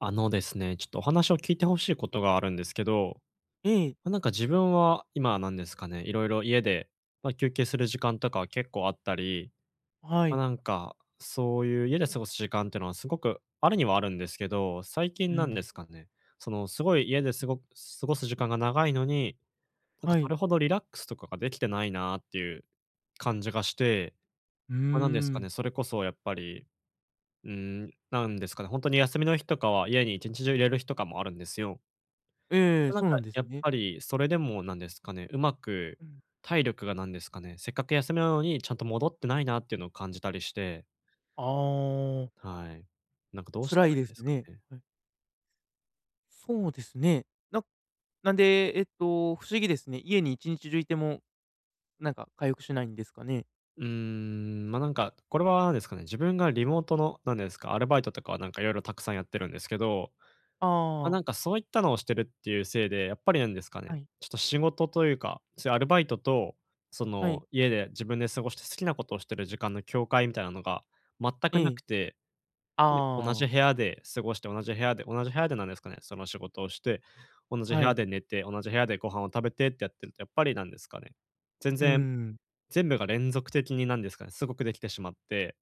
あのですね、ちょっとお話を聞いてほしいことがあるんですけど、ええ、なんか自分は今なんですかね、いろいろ家で、休憩する時間とかは結構あったり、はい。そういう家で過ごす時間っていうのはすごくあるにはあるんですけど、最近うなんでん。すかね、そのすごい家ですごく過ごす時間が長いのに、なんかはそい。れほどリラックスとかができてないなっていう感じがして、うーなんですかん。ね、それこそやっぱり、うなんですかね、本当に休みの日とかは家に一日中いれる日とかもあるんですよ。ええ、なんそうか、なんでやすっね。ぱりそれでもなんですかね、うまくうん。体力がなんですかね、せっかく休みなのにちゃんと戻ってないなっていうのを感じたりして、ああ、はい。なんかどうした辛いらいでいんですすかね。ね。はい。そうですね。ななんで、不思議ですね。家に一日中いても、なんか回復しないんですかね。これはなんですかね、自分がリモートの、なんですか、アルバイトとかはなんかいろいろたくさんやってるんですけど、あなあ、んかそういったのをしてるっていうせいで、やっぱりなんですかはね、い、ちょっと仕事というか、そういうアルバイトと、そはい、の、家で自分で過ごして好きなことをしてる時間の境界みたいなのが全えくなくて、え、ぱり同じああ、部屋で過ごして、同じ部屋でなんですかね、その仕事をして、同じ部は屋い、で寝て、同じ部屋でご飯を食べてってやってると、やっぱりなんですかね、全うー然、ん、全部が連続的になんですかね、すごくできてしまって、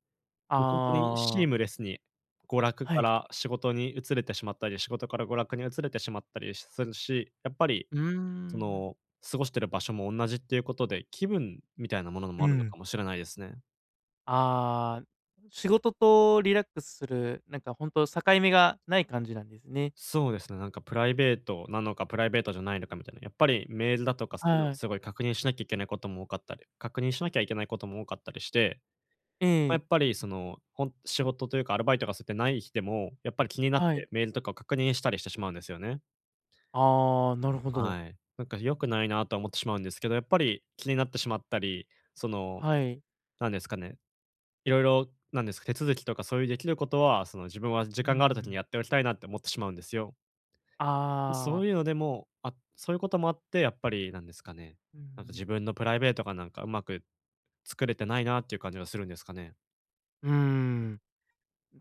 もうほんとにシーああ、ムレスに娯楽はかい。ら仕事に移れてしまったり、仕事から娯楽に移れてしまったりするし、やっぱりうーそん。の過ごしてる場所も同じっていうことで、気分みたいなものもうあるのん。かもしれないですね。ああ、仕事とリラックスする、なんかほんと境目がない感じなんですね。そうですね、なんかプライベートなのか、プライベートじゃないのかみたいな、やっぱりメールだとかそういうのをはい。すごい確認しなきゃいけないことも多かったり、確認しなきゃいけないことも多かったりして、えやえ、っぱりその、ほん仕事というかアルバイトがそうやってない日でも、やっぱり気になっはい。てメールとかを確認したりしてしまうんですよね。ああ、なるほど。はい。なんか良くないなとは思ってしまうんですけど、やっぱり気になってしまったり、その、はい。なんですかね、いろいろなんですか、手続きとかそういうできることは、その自分は時う間がある時にん。やっておきたいなって思ってしまうんですよ。まあそういうのあ。でも、あそういうこともあって、やっぱりなんですかね、うなんかん。自分のプライベートがなんかうまく作れてないなっていう感じがするんですかね。うーん、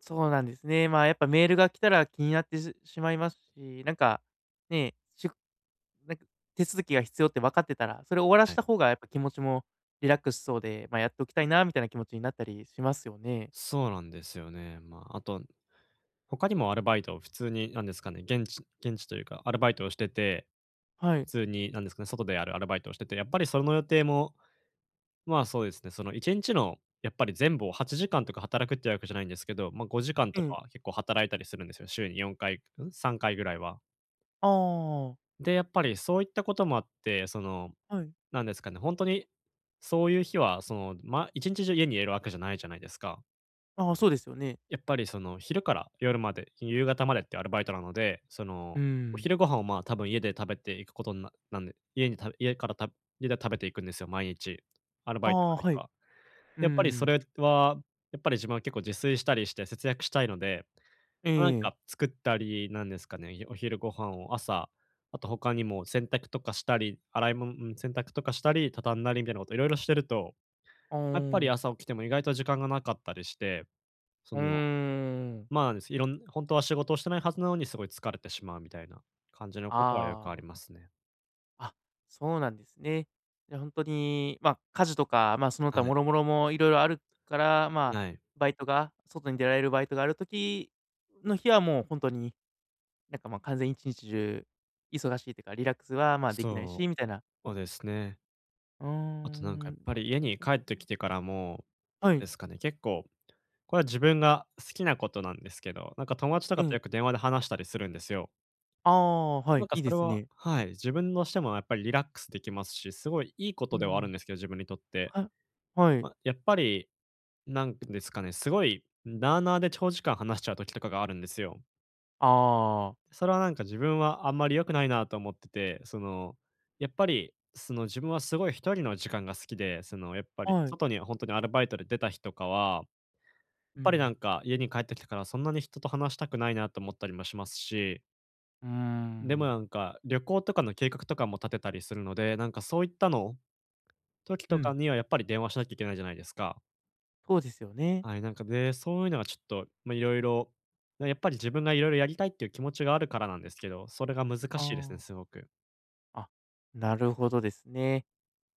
そうなんですね。まあ、やっぱメールが来たら気になってしまいますし、なんか、ね、なんか手続きが必要って分かってたら、それを終わらはしい。た方がやっぱ気持ちもリラックスしそうで、まあ、やっておきたいなみたいな気持ちになったりしますよね。そうなんですよね。あと、他にもアルバイトを普通に、なんですかね、現地というか、アルバイトをしてて、はい。普通に、なんですかね、外であるアルバイトをしてて、やっぱりその予定も、そうですね、その一日の、やっぱり全部を8時間とか働くってわけじゃないんですけど、まあ5時間えとかえ。は結構働いたりするんですよ。週に4回、3回ぐらいは。ああ、で、やっぱりそういったこともあって、その、はい。なんですかね、本当に、そういう日は、その、一日中家にいるわけじゃないじゃないですか。ああ、そうですよね。やっぱりその、昼から夜まで、夕方までってアルバイトなので、そうの、ーおん。昼ご飯を、多分家で食べていくことにななんで、家にた家からた家で食べていくんですよ、毎日。アルバあイトがああ、る日はい。うは。ーやっぱりそん。れは、やっぱり自分は結構自炊したりして節約したいので、えなんかえ。作ったりなんですかね、お昼ご飯を朝、あと他にも洗濯とかしたり、洗い物うん、洗濯とかしたり、畳んだりみたいなこといろいろしてると、あやっぱり朝あ。起きても意外と時間がなかったりして、そうーの、ん。ですいろんほんは仕事をしてないはずなのに、すごい疲れてしまうみたいな感じのことはよくあありますね。あ、あ、そうなんですね。じゃ、ま、あ家事とか、まあ、そのは他い、諸々もろもいろいろあるから、まあ、はい。バイトが外に出られるバイトがある時の日はもう本当に、なんか、ま、あ完全一日中忙しいというか、リラックスは、ま、あできないそしみたいな。うですね。うーあとなんかやっん、ぱなるり家にほど。帰ってきてからもはい、ですかね、結構これは自分が好きなことなんですけど、なんか友達とえかとよくえ。電話で話したりするんですよ。ああ、はい、なんかいいそでれすはね。はい、自分としてもやっぱりリラックスできますし、すごいいいことうではあるんん。ですけど、自分にとって。ははい。やっぱり、なんですかね、すごいなあなあで長時間話しちゃう時とかがあるんですよ。あそれはなんか自分はあんまり良くないなと思ってて、その、やっぱり、その自分はすごい一人の時間が好きで、そのやっぱあ、りはい。外に本当にアルバイトで出た日とかはうぱりなん。んか家に帰ってきてからそんなに人と話したくないなと思ったりもしますし、うーでもん。なんか旅行とかの計画とかも立てたりするので、なんかそういったの時うとかん、にはやっぱり電話しなきゃいけないじゃないですか。そうですよね。はい、なんかで、そういうのがちょっと、まあ、いろいろ、やっぱり自分がいろいろやりたいっていう気持ちがあるからなんですけど、それが難あしいですね、すあ。ごく。あ、なるほどですね。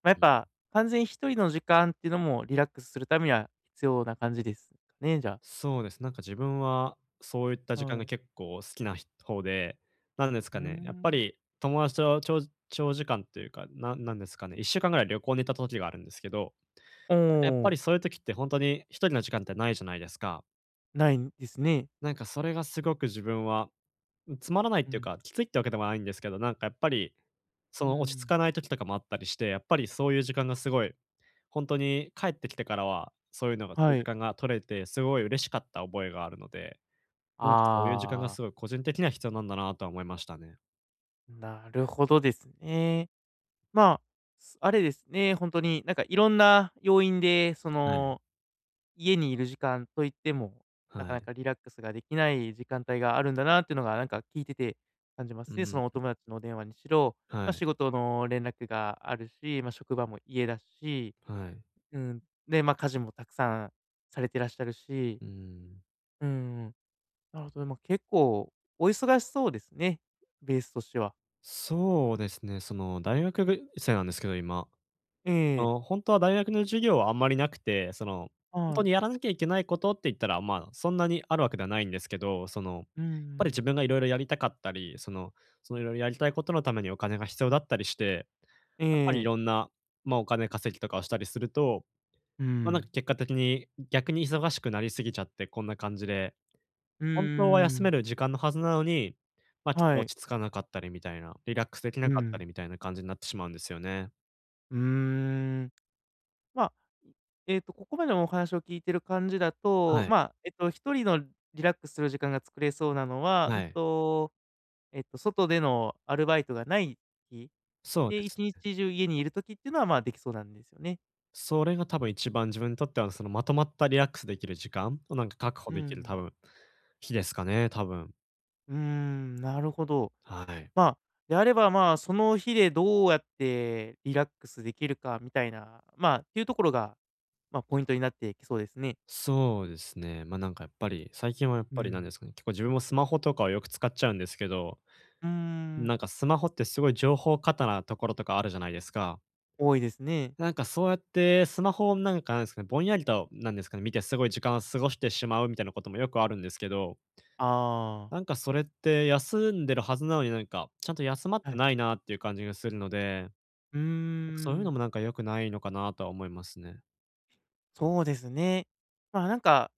まあ、やっぱ、完全に一人の時間っていうのもリラックスするためには必要な感じですかね、じゃあ。そうです。なんか自分はそういった時間はがい。結構好きな方で、なんですうかーね、やっぱん。り友達と長時間というか、なんですかね、1週間ぐらい旅行に行った時があるんですけど、おなんかやっぱりお、そういう時って本当に一人の時間ってないじゃないですか。ないんですね。なんかそれがすごく自分は、つまらないっうていうん。か、きついってわけでもないんですけど、なんかやっぱり、そうの落ち着ん。かない時とかもあったりして、やっぱりそういう時間がすごい、本当に帰ってきてからは、そういうのがそういはう時い。間が取れて、すごい嬉しかった覚えがあるので、なんかそういう時間がああ、すごい個人的には必要なんだなとは思いましたね。なるほどですね。まあ、あれですね、本当になんかいろんな要因でそはい。の家にいる時間といっても、なはかない。かリラックスができない時間帯があるんだなっていうのが、なんか聞いてて感じまうすね。そん。のお友達のお電話にしろ、はまあ、い。仕事の連絡があるし、まあ、職場も家だし、はい。うん、で、まあ、家事もたくさんされてらっしゃるし、うん。うん、なるほど、まあ、結構お忙しそうですね、ベースとしては。そうですね、その大学生なんですけど、今。ええ、本当は大学の授業はあんまりなくて、本当はい。にやらなきゃいけないことって言ったら、まあ、そんなにあるわけではないんですけど、やっうんうぱりん。自分がいろいろやりたかったり、そのいろいろやりたいことのためにお金が必要だったりして、えやっぱりいえ。ろんな、まあ、お金稼ぎとかをしたりすると、うまあ、なんかん。結果的に逆に忙しくなりすぎちゃって、こんな感じで、うー本当は休めん。る時間のはずなのに、ま、ちょっとはい。落ち着かなかったりみたいな、リラックスできなうかったりん。みたいな感じになってしまうんですよね。うーん。まあ、ここまでのお話を聞いてる感じだと、はい、まあ、一人のリラックスする時間が作れそうなのは、はい。外でのアルバイトがない日、そうで、で一す。日中家にいる時っていうのは、まあ、できそうなんですよね。それが多分一番自分にとっては、そのまとまったリラックスできる時間をなんか確保うできる多ん。分、日ですかね、多分。うーん、なるほど。はい。まあ、であれば、まあ、その日でどうやってリラックスできるかみたいな、まあ、っていうところが、まあ、ポイントになってきそうですね。そうですね。ま、なんかやっぱり、最近はやっうぱりなんん。ですかね、結構自分もスマホとかをよく使っちゃうんですけど、うーん、なんかスマホってすごい情報過多なところとかあるじゃないですか。多いですね。なんかそうやってスマホをなんかなんですかね、ぼんやりとなんですかね、見てすごい時間を過ごしてしまうみたいなこともよくあるんですけど、あなんかそれって休んでるはずなのになんか、ちゃんと休まっあ、はてい。ないなっていう感じがするので、うーなんかそういうのん。もなんか良くないのかなとは思いますね。そうですね。まあ、なんか、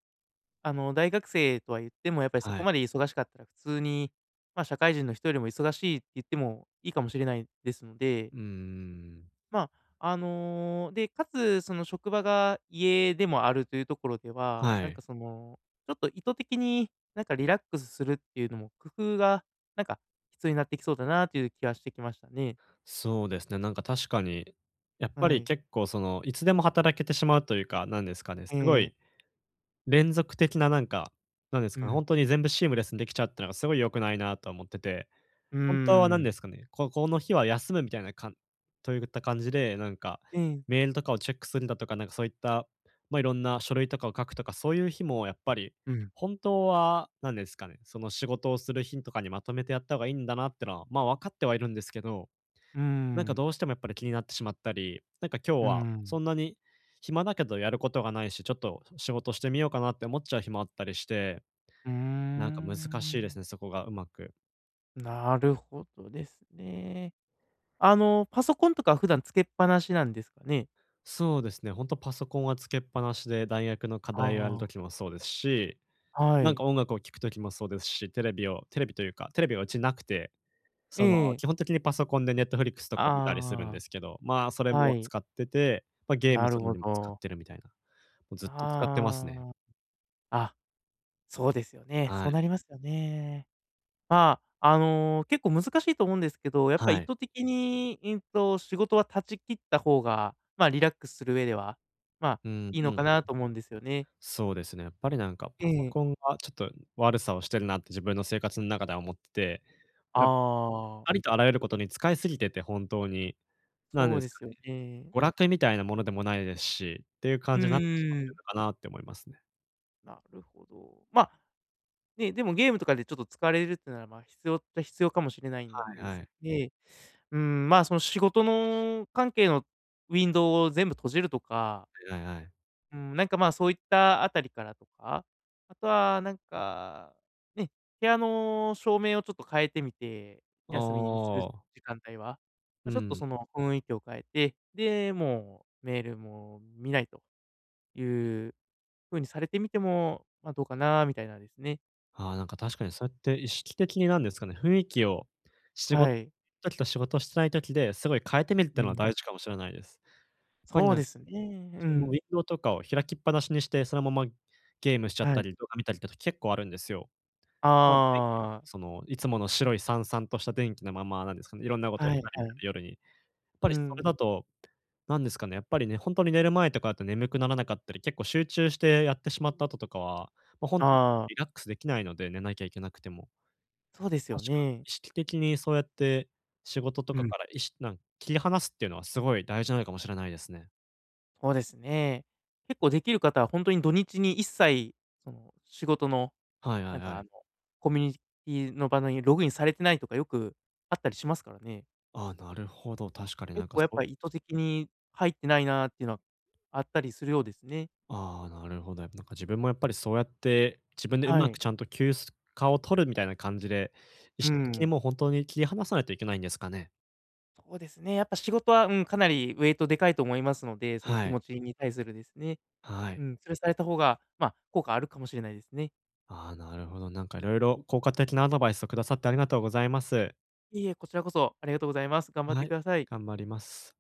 あの、大学生とは言っても、やっぱりそはこい。まで忙しかったら普通に、まあ、社会人の人よりも忙しいって言ってもいいかもしれないですので、うーん。まあ、ので、かつ、その職場が家でもあるというところでは、はなんい。かその、ちょっと意図的になんかリラックスするっていうのも工夫が、なんか必要になってきそうだなという気はしてきましたね。そうですね、なんか確かに、やっぱはりい。結構その、いつでも働けてしまうというか、なんですかね、すごええ、い連続的ななんか、なんですうかね、ん。本当に全部シームレスにできちゃうってのがすごい良くないなと思ってて、うー本当はなんでん。すかね、ここの日は休むみたいなかんといった感じで、なんか、ええ、メールとかをチェックするんだとか、なんかそういった、まあ、いろんな書類とかを書くとか、そういう日もやっぱり、うん。本当はなんですかね、その仕事をする日とかにまとめてやった方がいいんだなってのは、ま、分かってはいるんですけど、うーなんかん。どうしてもやっぱり気になってしまったり、なんか今日うーはそん。んなに暇だけどやることがないし、ちょっと仕事してみようかなって思っちゃう日もあったりして、うーなんか難しいですん、ね、そこがうまく。なるほどですね。あの、パソコンとか普段つけっぱなしなんですかね？そうですね、ほんとパソコンはつけっぱなしで大学の課あ題をやる時もそうですし、あ、はなんい。か音楽を聴く時もそうですし、テレビをテレビというか、テレビがうちなくて、えその、え。基本的にパソコンでネットフリックスとかを見たりするんあですけど、まあ、それあ、はもい。使ってて、まあ、ゲーなムするるのほにも使っど。てるみたいな、もうずっと使ってますね。ああ。あ、そうですよね。はそうい。なりますよね。まあ、あの、結構難しいと思うんですけど、やっぱは意い。図的に、仕事は断ち切った方が、まあ、リラックスする上では、まあ、うんいいのうん。かなと思うんですよね。そうですね。やっぱりなんかパえソえ。コンがちょっと悪さをしてるなって自分の生活の中では思ってて、あやっあ。ありとあらゆることに使いすぎてて、本当に、なんそでうすでかすよね、ね。娯楽みたいなものでもないですし、っていう感うじになってしまっんてるん、のかなって思いますね。なるほど。まあ、ね、でもゲームとかでちょっと疲れるってなら、まあ、必要っちゃ必要かもしれないんはいですはい。ね、うん、まあ、その仕事の関係のウィンドウを全部閉じるとか、はいはいはい。うん、なんか、ま、あそういったあたりからとか、あとはなんか、ね、部屋の照明をちょっと変えてみて、休みにするああ、時間帯は、うま、ちょっとん。その雰囲気を変えて、で、もうメールも見ないという風にされてみても、まあ、どうかなみたいなですね。ああ、なんか確かにそうやって意識的になんですかね、雰囲気を仕事はい。時と仕事してない時ですごい変えてみるってういうのはん。大事かもしれないです。やっぱりそうなんでかすね。う自分もウィンん。ドウとかを開きっぱなしにして、そのままゲームしちゃっはたい。り、動画見たりって時結構あるんですよ。ま、電気ああ、その、いつもの白い燦々とした電気のまま、なんですかね、いろんなことをはしいたりみはたいい。な、夜に。やっぱうりそれだん。と、なんですかね、やっぱりね、ほんとに寝る前とかだと眠くならなかったり、結構集中してやってしまった後とかは、ま、ほんとにああ、リラックスできないので、寝なきゃいけなくても。そうですよ確かに、ね。意識的にそうやって仕事とうかん、から、いしなん切り離すっていうのはすごい大事なのかもしれないですね。そうですね。結構できる方は本当に土日に一切、その、仕事の、はいはないんはか、あい。の、コミュニティの場のにログインされてないとかよくあったりしますからね。ああ、なるほど、確かになん結か構そやっぱう、り意図的に入ってないなっていうのはあったりするようですね。ああ、なるほど。やっぱなんか自分もやっぱりそうやって、自分でうはまくい。ちゃんと休す暇を取るみたいな感じで、意う識的にん。もう本当に切り離さないといけないんですかね？そうですね。やっぱ仕事は、うん、かなりウエイトでかいと思いますので、そのは気い、持ちに対するですね。はうい。ん、それされた方が、まあ、効果あるかもしれないですね。ああ、なるほど。なんかいろいろ効果的なアドバイスをくださってありがとうございます。いいえ、こちらこそありがとうございます。頑張っはてい、ください。頑張ります。